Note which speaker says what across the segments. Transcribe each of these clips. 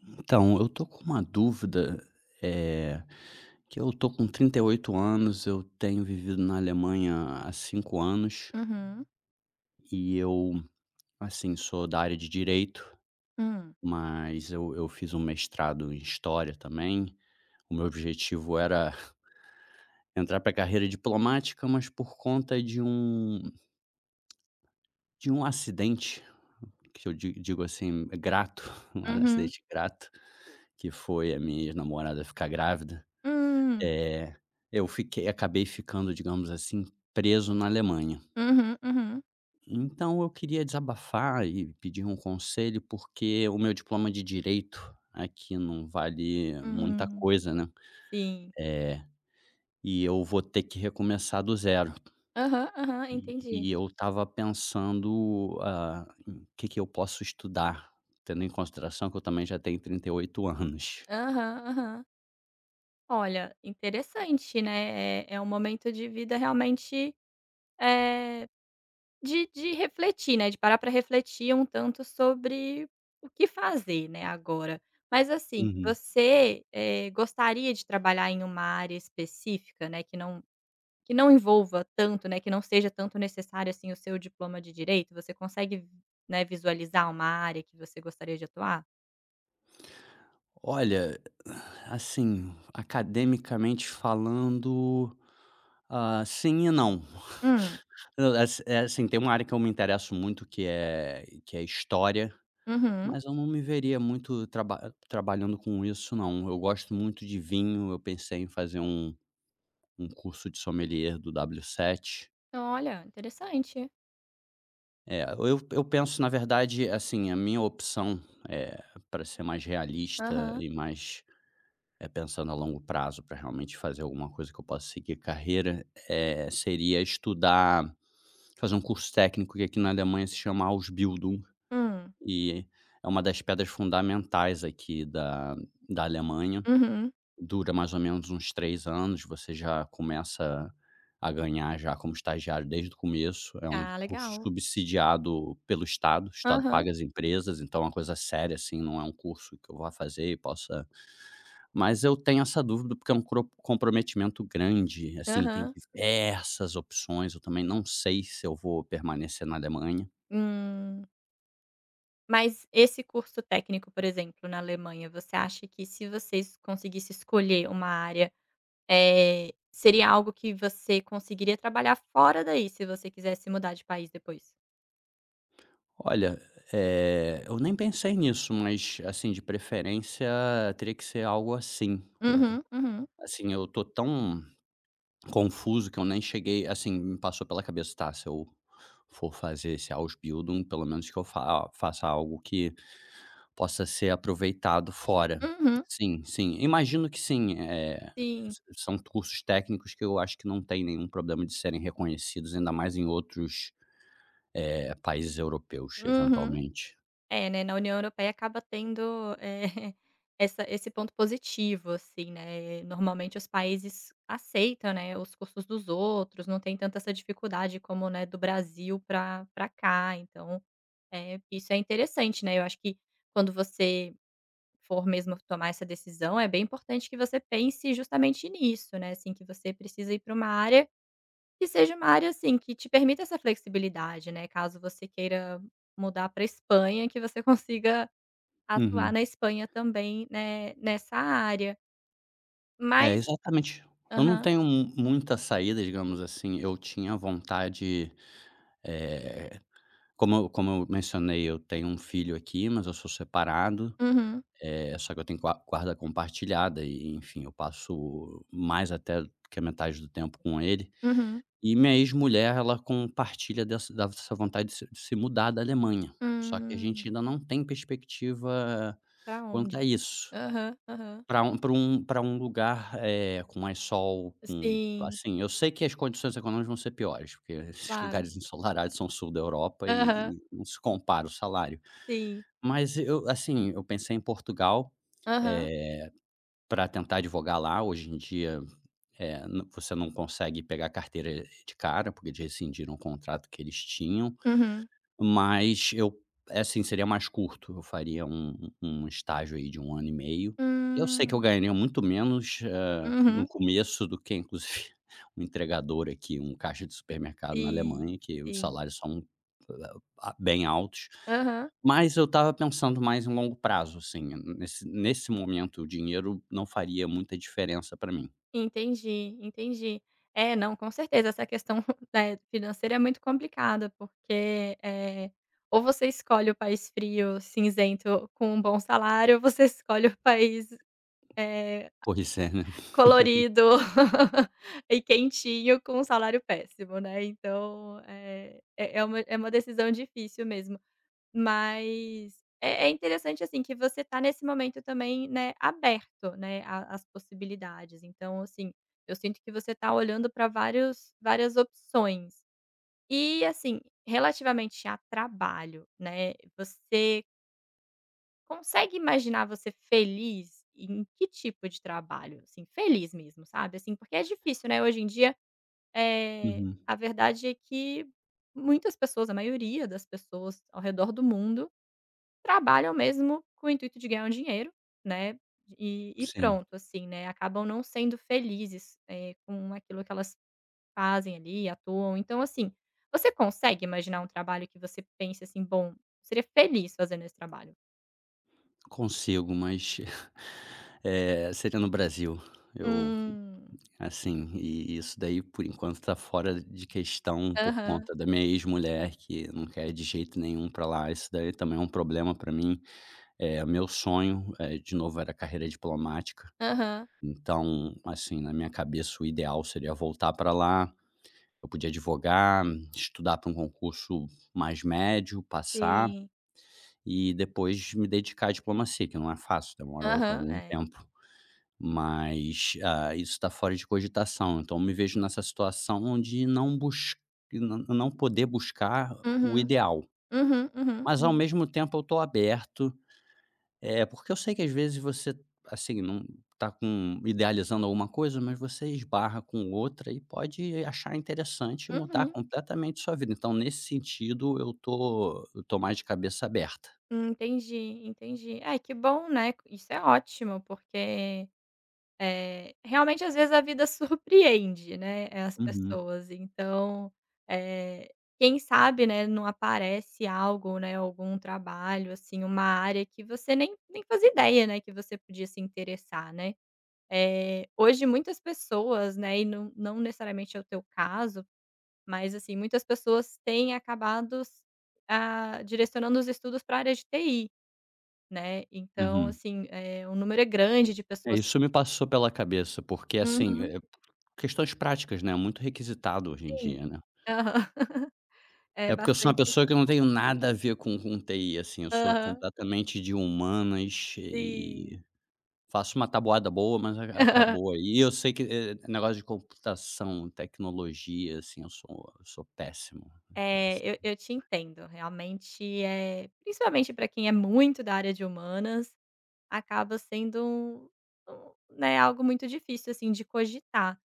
Speaker 1: Então, eu tô com uma dúvida, eh, que eu tô com 38 anos, eu tenho vivido na Alemanha há 5 anos
Speaker 2: Uhum.
Speaker 1: e eu, assim, sou da área de direito,
Speaker 2: Hum.
Speaker 1: mas eu fiz um mestrado em história também. O meu objetivo era entrar para a carreira diplomática, mas por conta de um acidente, que eu di digo assim, grato, um
Speaker 2: Uhum.
Speaker 1: acidente grato, que foi a minha namorada ficar grávida.
Speaker 2: Hum.
Speaker 1: É, eu fiquei acabei ficando, digamos assim, preso na Alemanha.
Speaker 2: Uhum, uhum.
Speaker 1: Então eu queria desabafar e pedir um conselho, porque o meu diploma de direito aqui não vale muita
Speaker 2: Hum.
Speaker 1: coisa, né,
Speaker 2: Sim.
Speaker 1: e eu vou ter que recomeçar do zero.
Speaker 2: Aham, aham,
Speaker 1: E
Speaker 2: entendi.
Speaker 1: e eu estava pensando, ah, em o que que eu posso estudar, tendo em consideração que eu também já tenho 38 anos.
Speaker 2: Aham, aham. Olha, interessante, né, é um momento de vida realmente, é de refletir, né, de parar para refletir um tanto sobre o que fazer, né, agora. Mas assim,
Speaker 1: Uhum.
Speaker 2: você, gostaria de trabalhar em uma área específica, né, que não. Que não envolva tanto, né, que não seja tanto necessário, assim, o seu diploma de direito, você consegue, né, visualizar uma área que você gostaria de atuar?
Speaker 1: Olha, assim, academicamente falando. Ah, sim e não.
Speaker 2: Hum.
Speaker 1: Eu ass é assim, tem uma área que eu me interesso muito que é história,
Speaker 2: Uhum.
Speaker 1: mas eu não me veria muito trabalhando com isso não. Eu gosto muito de vinho, eu pensei em fazer um curso de sommelier do W7.
Speaker 2: Olha, interessante.
Speaker 1: É, eu penso na verdade, assim, a minha opção, eh, pra ser mais realista
Speaker 2: Aham.
Speaker 1: e mais, pensando a longo prazo para realmente fazer alguma coisa que eu possa seguir carreira, seria estudar Fazer um curso técnico que aqui na Alemanha se chama Ausbildung
Speaker 2: Hum.
Speaker 1: e é uma das pedras fundamentais aqui da Alemanha.
Speaker 2: Uhum.
Speaker 1: Dura mais ou menos uns 3 anos, você já começa a ganhar já como estagiário desde o começo. É um
Speaker 2: Ah,
Speaker 1: curso
Speaker 2: legal.
Speaker 1: subsidiado pelo estado, o estado
Speaker 2: Aham,
Speaker 1: paga as empresas, então é uma coisa séria, assim, não é um curso que eu vá fazer e possa. Mas eu tenho essa dúvida, porque é um cro comprometimento grande, assim, tem
Speaker 2: aham.
Speaker 1: diversas opções, eu também não sei se eu vou permanecer na Alemanha.
Speaker 2: Hum. Mas esse curso técnico, por exemplo, na Alemanha, você acha que se você es conseguisse escolher uma área, seria algo que você conseguiria trabalhar fora daí, se você quisesse mudar de país depois?
Speaker 1: Olha, eu nem pensei nisso, mas, assim, de preferência teria que ser algo assim. Eh,
Speaker 2: Uhum, uhum.
Speaker 1: assim, eu tô tão confuso que eu nem cheguei assim, me passou pela cabeça: "Tá, se eu for fazer esse Ausbildung, pelo menos que eu fa faça algo que". Possa ser aproveitado fora.
Speaker 2: Uhum,
Speaker 1: Sim, sim, imagino que sim,
Speaker 2: sim.
Speaker 1: s são cursos técnicos que eu acho que não tem nenhum problema de serem reconhecidos, ainda mais em outros, países europeus,
Speaker 2: Uhum.
Speaker 1: eventualmente.
Speaker 2: É, né, na União Europeia acaba tendo, essa esse ponto positivo, assim, né, normalmente os países aceitam, né, os custos dos outros, não tem tanta essa dificuldade como, né, do Brasil para cá, então, isso é interessante, né, eu acho que quando você for mesmo tomar essa decisão, é bem importante que você pense justamente nisso, né, assim, que você precisa ir para uma área. Que seja uma área, assim, que te permita essa flexibilidade, né, caso você queira mudar para Espanha, que você consiga atuar
Speaker 1: Uhum.
Speaker 2: na Espanha também, né, nessa área.
Speaker 1: É,
Speaker 2: Mas
Speaker 1: exatamente. Eu não
Speaker 2: aham.
Speaker 1: tenho mu muita saída, digamos assim, eu tinha vontade como eu mencionei, eu tenho um filho aqui, mas eu sou separado.
Speaker 2: Uhum,
Speaker 1: É só que eu tenho guarda compartilhada e, enfim, eu passo mais até que a metade do tempo com ele.
Speaker 2: uhum.
Speaker 1: E minha ex-mulher, ela compartilha dessa vontade de se mudar da Alemanha, só que a
Speaker 2: Hum,
Speaker 1: gente ainda não tem perspectiva
Speaker 2: pra
Speaker 1: quanto a
Speaker 2: onde?
Speaker 1: isso,
Speaker 2: Aham, aham.
Speaker 1: Para um pra um pra um lugar, eh, com mais sol, com
Speaker 2: Sim,
Speaker 1: assim, eu sei que as condições econômicas vão ser piores, porque esses
Speaker 2: claro.
Speaker 1: lugares ensolarados são sul da Europa
Speaker 2: Aham,
Speaker 1: e não se compara o salário.
Speaker 2: sim.
Speaker 1: Mas eu assim, eu pensei em Portugal,
Speaker 2: Aham.
Speaker 1: para tentar advogar lá, hoje em dia é, nã você não consegue pegar a carteira de cara, porque eles rescindiram o contrato que eles tinham,
Speaker 2: Uhum.
Speaker 1: mas eu é assim, seria mais curto, eu faria um estágio aí de um ano e meio. E eu sei que eu
Speaker 2: Hum.
Speaker 1: ganharia muito menos, eh, no
Speaker 2: Uhum.
Speaker 1: começo do que inclusive um entregador aqui, um caixa de supermercado na
Speaker 2: Sim,
Speaker 1: Alemanha, que os
Speaker 2: sim.
Speaker 1: salários são, ah, bem altos,
Speaker 2: Aham.
Speaker 1: mas eu estava pensando mais em longo prazo, assim, nesse momento o dinheiro não faria muita diferença para mim.
Speaker 2: Entendi, entendi. É, não, com certeza essa questão, né, financeira é muito complicada, porque, ou você escolhe o país frio, cinzento, com um bom salário, ou você escolhe o país, eh,
Speaker 1: Pois é, né?
Speaker 2: colorido e quentinho com um salário péssimo, né, então, é uma uma decisão difícil mesmo. Mas é interessante, assim, que você tá nesse momento também, né, aberto, né, a às possibilidades. Então, assim, eu sinto que você tá olhando para vários várias opções. E, assim, relativamente a trabalho, né, você consegue imaginar você feliz em que tipo de trabalho? Assim, feliz mesmo, sabe, assim, porque é difícil, né, hoje em dia, é
Speaker 1: Uhum.
Speaker 2: a verdade é que muitas pessoas, a maioria das pessoas ao redor do mundo trabalham mesmo com o intuito de ganhar um dinheiro, né, e
Speaker 1: Sim,
Speaker 2: pronto, assim, né, acabam não sendo felizes, com aquilo que elas fazem ali, atuam. Então, assim, você consegue imaginar um trabalho que você pense assim: "Bom, eu seria feliz fazendo esse trabalho"?
Speaker 1: consigo, mas, seria no Brasil. Eu
Speaker 2: Hum.
Speaker 1: assim, e isso daí por enquanto está fora de questão por
Speaker 2: Aham,
Speaker 1: conta da minha ex-mulher que não quer de jeito nenhum para lá, isso daí também é um problema para mim. É meu sonho, de novo era carreira diplomática,
Speaker 2: aham.
Speaker 1: então, assim, na minha cabeça o ideal seria voltar para lá, eu podia advogar, estudar para um concurso mais médio, passar
Speaker 2: Sim.
Speaker 1: e depois me dedicar à diplomacia, que não é fácil, demora
Speaker 2: Aham,
Speaker 1: algum
Speaker 2: é.
Speaker 1: tempo. Mas, ah, isso está fora de cogitação, então eu me vejo nessa situação de não poder buscar o
Speaker 2: Uhum,
Speaker 1: ideal.
Speaker 2: uhum, uhum,
Speaker 1: Mas ao
Speaker 2: uhum,
Speaker 1: mesmo tempo eu estou aberto, é porque eu sei que às vezes você, assim, não está com idealizando alguma coisa, mas você esbarra com outra e pode achar interessante e mudar
Speaker 2: uhum.
Speaker 1: completamente sua vida. Então nesse sentido eu tô mais de cabeça aberta.
Speaker 2: Entendi, entendi. Ai, que bom, né, isso é ótimo, porque realmente, às vezes, a vida surpreende, né, as
Speaker 1: Uhum,
Speaker 2: pessoas. Então, eh, quem sabe, né, não aparece algo, né, algum trabalho, assim, uma área que você nem fazia ideia, né, que você podia se interessar, né. Hoje muitas pessoas, né, e não necessariamente é o teu caso, mas, assim, muitas pessoas têm acabado s direcionando os estudos para a área de TI, né. Então,
Speaker 1: uhum.
Speaker 2: assim, o número é grande de
Speaker 1: É,
Speaker 2: pessoas
Speaker 1: isso
Speaker 2: que
Speaker 1: me passou pela cabeça, porque assim,
Speaker 2: uhum,
Speaker 1: questões práticas, né, muito requisitado hoje em
Speaker 2: sim.
Speaker 1: dia, né.
Speaker 2: Aham. É
Speaker 1: É porque eu sou uma
Speaker 2: bastante
Speaker 1: pessoa que eu não tenho nada a ver com TI, assim, eu sou
Speaker 2: aham,
Speaker 1: completamente de humanas
Speaker 2: sim.
Speaker 1: e faço uma tabuada boa, mas a acabou aí. E eu sei que, negócio de computação, tecnologia, assim, eu sou péssimo,
Speaker 2: É, eu
Speaker 1: assim.
Speaker 2: eu te entendo, realmente, é, principalmente para quem é muito da área de humanas, acaba sendo um um, né, algo muito difícil, assim, de cogitar.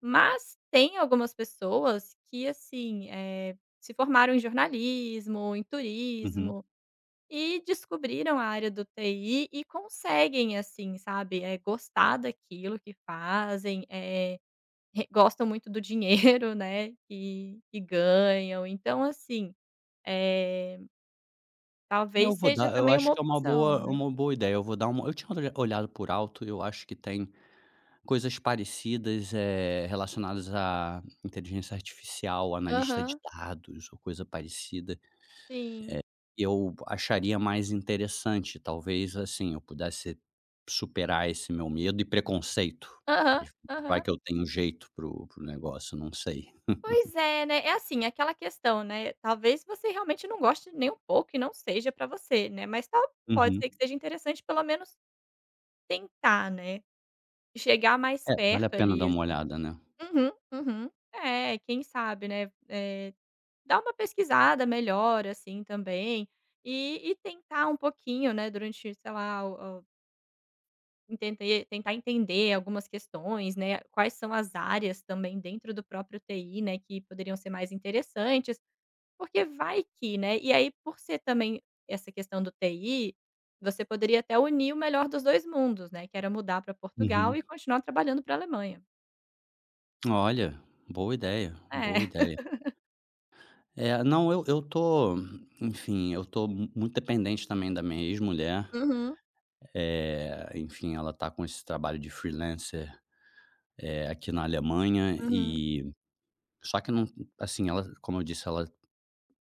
Speaker 2: Mas tem algumas pessoas que, assim, se formaram em jornalismo, em
Speaker 1: Uhum.
Speaker 2: turismo e descobriram a área do TI e conseguem, assim, sabe, é gostar daquilo que fazem, re gostam muito do dinheiro, né, que ganham. Então assim, eh,
Speaker 1: Eu
Speaker 2: talvez
Speaker 1: vou
Speaker 2: seja
Speaker 1: dar eu
Speaker 2: também
Speaker 1: acho
Speaker 2: uma
Speaker 1: que é uma
Speaker 2: opção,
Speaker 1: boa
Speaker 2: né.
Speaker 1: uma boa ideia, eu vou dar uma eu tinha olhado por alto, eu acho que tem coisas parecidas, eh, relacionadas à inteligência artificial, analista de
Speaker 2: Aham,
Speaker 1: dados ou coisa parecida,
Speaker 2: sim.
Speaker 1: eu acharia mais interessante. Talvez, assim, eu pudesse superar esse meu medo e preconceito.
Speaker 2: Aham,
Speaker 1: Mas vai
Speaker 2: aham.
Speaker 1: que eu tenho um jeito pro o negócio, não sei.
Speaker 2: Pois é, né, é assim, aquela questão, né, talvez você realmente não goste nem um pouco e não seja pra você, né, mas tal pode
Speaker 1: Uhum.
Speaker 2: ser que seja interessante pelo menos tentar, né, chegar mais
Speaker 1: É, vale a
Speaker 2: perto
Speaker 1: pena dar
Speaker 2: ali,
Speaker 1: uma
Speaker 2: assim.
Speaker 1: olhada, né.
Speaker 2: Uhum, uhum. É, quem sabe, né, dar uma pesquisada melhor, assim, também, e tentar um pouquinho, né, durante, sei lá, o entender tentar entender algumas questões, né, quais são as áreas também dentro do próprio TI, né, que poderiam ser mais interessantes, porque vai que, né. E aí, por ser também essa questão do TI, você poderia até unir o melhor dos 2 mundos, né, que era mudar para Portugal
Speaker 1: Uhum.
Speaker 2: e continuar trabalhando pra Alemanha.
Speaker 1: Olha, boa ideia, boa
Speaker 2: É.
Speaker 1: ideia. É, não, eu tô, enfim, eu tô muito dependente também da minha ex-mulher.
Speaker 2: Uhum,
Speaker 1: Enfim, ela tá com esse trabalho de freelancer, aqui na Alemanha
Speaker 2: uhum,
Speaker 1: e só que não assim, ela como eu disse, ela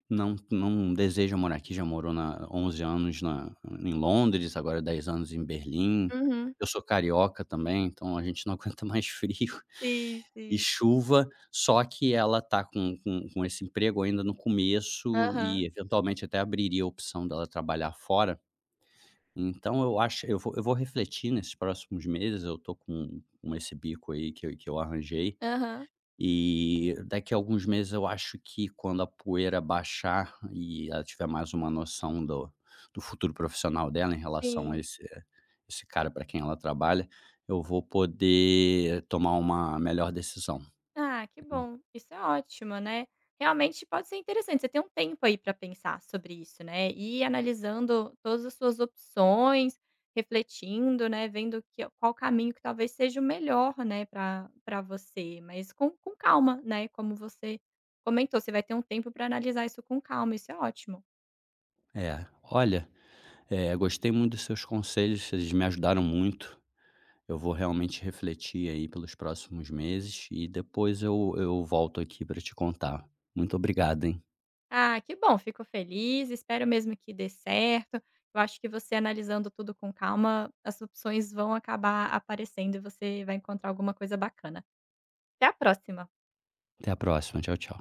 Speaker 1: não deseja morar aqui, já morou na 11 anos na em Londres, agora 10 anos em Berlim.
Speaker 2: uhum.
Speaker 1: Eu sou carioca também, então a gente não aguenta mais frio
Speaker 2: Sim,
Speaker 1: e
Speaker 2: sim.
Speaker 1: chuva, só que ela tá com esse emprego ainda no começo
Speaker 2: Aham,
Speaker 1: e eventualmente até abriria a opção dela trabalhar fora. Então eu acho eu vou refletir nesses próximos meses, eu tô com esse bico aí que eu arranjei,
Speaker 2: aham.
Speaker 1: e daqui a alguns meses eu acho que quando a poeira baixar e ela tiver mais uma noção do futuro profissional dela em relação a
Speaker 2: Sim.
Speaker 1: esse cara para quem ela trabalha, eu vou poder tomar uma melhor decisão.
Speaker 2: Ah, que bom. Isso é ótimo, né. Realmente pode ser interessante, você tem um tempo aí para pensar sobre isso, né, e ir analisando todas as suas opções, refletindo, né, vendo que qual caminho que talvez seja o melhor, né, para você, mas com calma, né, como você comentou, você vai ter um tempo para analisar isso com calma, isso é ótimo.
Speaker 1: É, olha, gostei muito dos seus conselhos, eles me ajudaram muito. Eu vou realmente refletir aí pelos próximos meses e depois eu volto aqui para te contar. Muito obrigado, hein.
Speaker 2: Ah, que bom, fico feliz, espero mesmo que dê certo. Eu acho que você analisando tudo com calma, as opções vão acabar aparecendo e você vai encontrar alguma coisa bacana. Até a próxima.
Speaker 1: Até a próxima. Tchau, tchau.